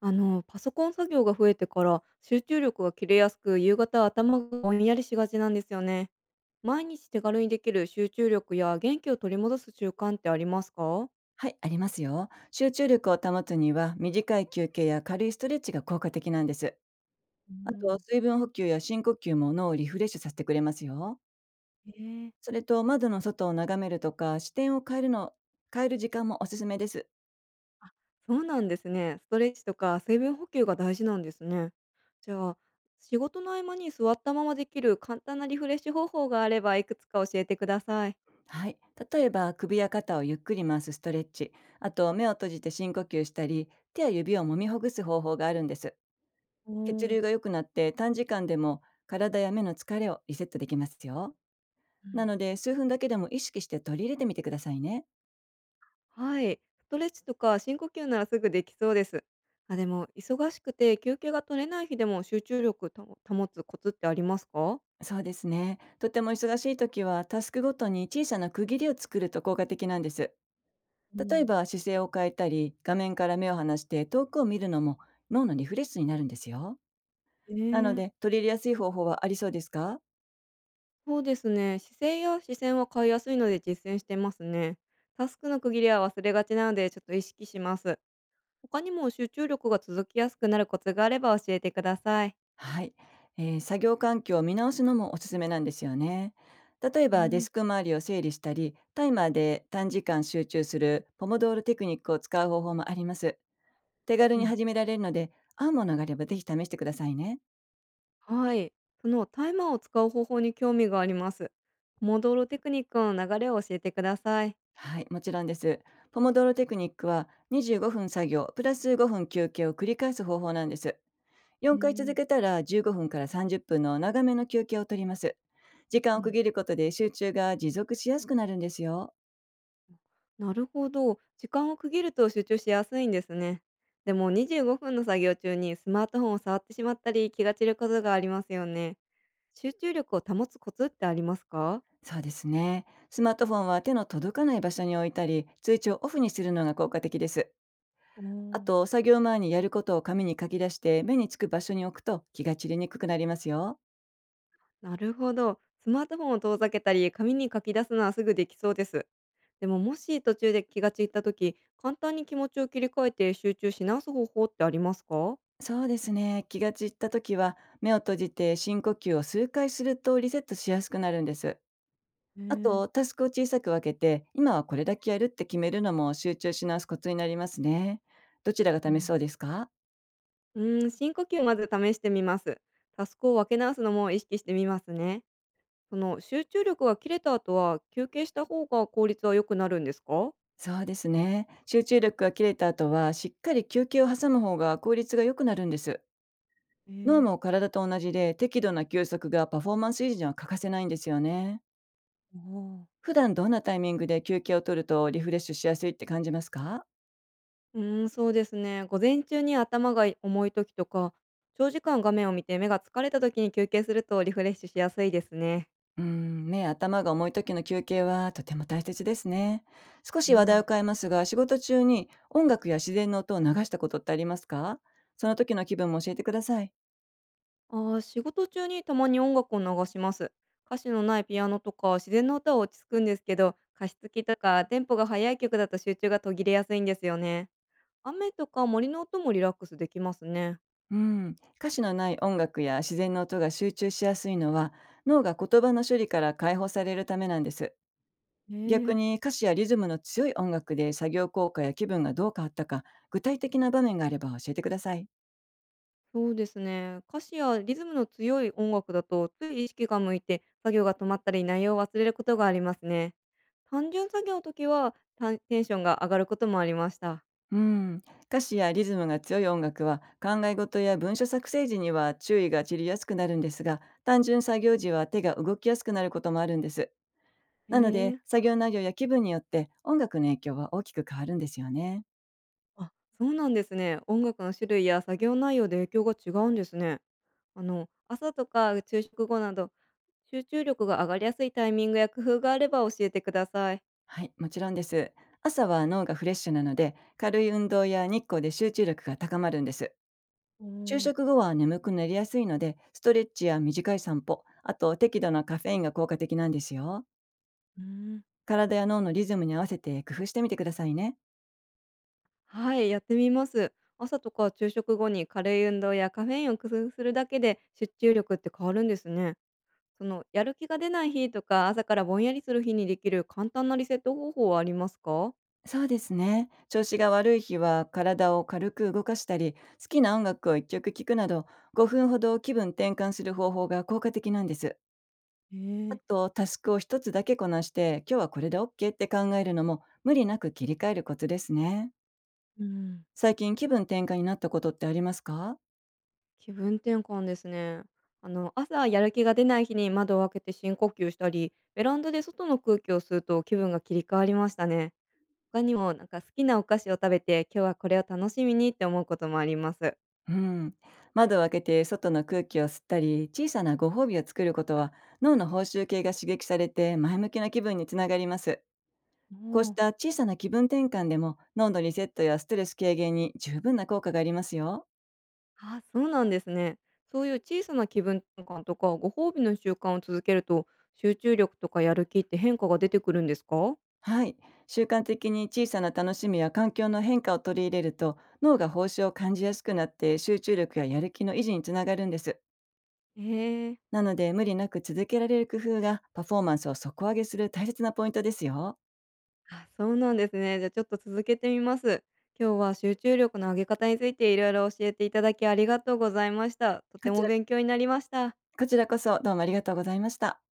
パソコン作業が増えてから集中力が切れやすく、夕方は頭がぼんやりしがちなんですよね。毎日手軽にできる集中力や元気を取り戻す習慣ってありますか？はい、ありますよ。集中力を保つには、短い休憩や軽いストレッチが効果的なんです。うあと、ん。水分補給や深呼吸も脳をリフレッシュさせてくれますよ。ええ。それと、窓の外を眺めるとか、視点を変える時間もおすすめです。そうなんですね。ストレッチとか水分補給が大事なんですね。じゃあ、仕事の合間に座ったままできる簡単なリフレッシュ方法があればいくつか教えてください。はい。例えば、首や肩をゆっくり回すストレッチ、あと、目を閉じて深呼吸したり、手や指を揉みほぐす方法があるんです。お血ー。流が良くなって、短時間でも体や目の疲れをリセットできますよ。なので、数分だけでも意識して取り入れてみてくださいね。はい。ストレッチとか深呼吸ならすぐできそうです。あ、でも、忙しくて休憩が取れない日でも集中力を保つコツってありますか？そうですね。とても忙しい時は、タスクごとに小さな区切りを作ると効果的なんです。う例えん。ば姿勢を変えたり、画面から目を離して遠くを見るのも脳のリフレッシュになるんですよ。なのえで、え。取り入れやすい方法はありそうですか？そうですね。姿勢や視線は変えやすいので実践してますね。タスクの区切りは忘れがちなので、ちょっと意識します。他にも集中力が続きやすくなるコツがあれば教えてください。はい、作業環境を見直すのもおすすめなんですよね。例えうばデん。スク周りを整理したり、タイマーで短時間集中するポモドールテクニックを使う方法もあります。手軽うにん、始められるので、合うものがあればぜひ試してくださいね。はい。そのタイマーを使う方法に興味があります。モドロテクニックの流れを教えてください。はい、もちろんです。ポモドーロテクニックは25分作業プラス5分休憩を繰り返す方法なんです。4ね回続え。けたら15分から30分の長めの休憩を取ります。時う間を区ん。切ることで集中が持続しやすくなるんですよ。なるほど。時間を区切ると集中しやすいんですね。でも25分の作業中にスマートフォンを触ってしまったり気が散ることがありますよね。集中力を保つコツってありますか？そうですね。スマートフォンは手の届かない場所に置いたり、通知をオフにするのが効果的です。おあー。と、作業前にやることを紙に書き出して目につく場所に置くと気が散りにくくなりますよ。なるほど。スマートフォンを遠ざけたり紙に書き出すのはすぐできそうです。でももし途中で気が散った時、簡単に気持ちを切り替えて集中し直す方法ってありますか？そうですね。気が散った時は、目を閉じて深呼吸を数回するとリセットしやすくなるんです。へあえ。と、タスクを小さく分けて、今はこれだけやるって決めるのも集中し直すコツになりますね。どちらがう試そん。うですか？うーん、深呼吸をまず試してみます。タスクを分け直すのも意識してみますね。その集中力が切れた後は休憩した方が効率は良くなるんですか？そうですね。集中力が切れた後は、しっかり休憩を挟む方が効率が良くなるんです。え脳ー。も体と同じで、適度な休息がパフォーマンス維持には欠かせないんですよね。ああ。普段どんなタイミングで休憩を取るとリフレッシュしやすいって感じますか？うーん、そうですね。午前中に頭が重い時とか、長時間画面を見て目が疲れた時に休憩するとリフレッシュしやすいですね。うーん、ね、頭が重い時の休憩はとても大切ですね。少うし話題をん。変えますが、仕事中に音楽や自然の音を流したことってありますか？その時の気分も教えてください。あー仕事中にたまに音楽を流します。歌詞のないピアノとか自然の歌は落ち着くんですけど、加湿器とかテンポが速い曲だと集中が途切れやすいんですよね。雨とか森の音もリラックスできますね。うん、歌詞のない音楽や自然の音が集中しやすいのは、脳が言葉の処理から解放されるためなんです。へ逆え。に歌詞やリズムの強い音楽で作業効果や気分がどう変わったか、具体的な場面があれば教えてください。そうですね。歌詞やリズムの強い音楽だと、つい意識が向いて作業が止まったり内容を忘れることがありますね。単純作業の時は、たテンションが上がることもありました。うん、歌詞やリズムが強い音楽は考え事や文書作成時には注意が散りやすくなるんですが、単純作業時は手が動きやすくなることもあるんです。へなので、え。作業内容や気分によって音楽の影響は大きく変わるんですよね。あ、そうなんですね。音楽の種類や作業内容で影響が違うんですね。朝とか昼食後など、集中力が上がりやすいタイミングや工夫があれば教えてください。はい、もちろんです。朝は脳がフレッシュなので軽い運動や日光で集中力が高まるんです。お昼ー。食後は眠くなりやすいのでストレッチや短い散歩、あと適度なカフェインが効果的なんですよ。うーん。体や脳のリズムに合わせて工夫してみてくださいね。はい、やってみます。朝とか昼食後に軽い運動やカフェインを工夫するだけで集中力って変わるんですね。そのやる気が出ない日とか朝からぼんやりする日にできる簡単なリセット方法はありますか？そうですね。調子が悪い日は体を軽く動かしたり、好きな音楽を一曲聴くなど、5分ほど気分転換する方法が効果的なんです。えあー。と、タスクを一つだけこなして、今日はこれで OK って考えるのも、無理なく切り替えるコツですね。うん。最近気分転換になったことってありますか？気分転換ですね。あの朝やる気が出ない日に窓を開けて深呼吸したり、ベランダで外の空気を吸うと気分が切り替わりましたね。他にもなんか好きなお菓子を食べて今日はこれを楽しみにって思うこともあります。うん。窓を開けて外の空気を吸ったり、小さなご褒美を作ることは、脳の報酬系が刺激されて前向きな気分につながります。おこうしー。た小さな気分転換でも脳のリセットやストレス軽減に十分な効果がありますよ。あ、そうなんですね。そういう小さな気分転換とかご褒美の習慣を続けると集中力とかやる気って変化が出てくるんですか？はい。習慣的に小さな楽しみや環境の変化を取り入れると脳が報酬を感じやすくなって集中力ややる気の維持につながるんです。ええ。なので、無理なく続けられる工夫がパフォーマンスを底上げする大切なポイントですよ。あ、そうなんですね。じゃあちょっと続けてみます。今日は集中力の上げ方についていろいろ教えていただきありがとうございました。とてこちもら勉強になりました。こちらこそどうもありがとうございました。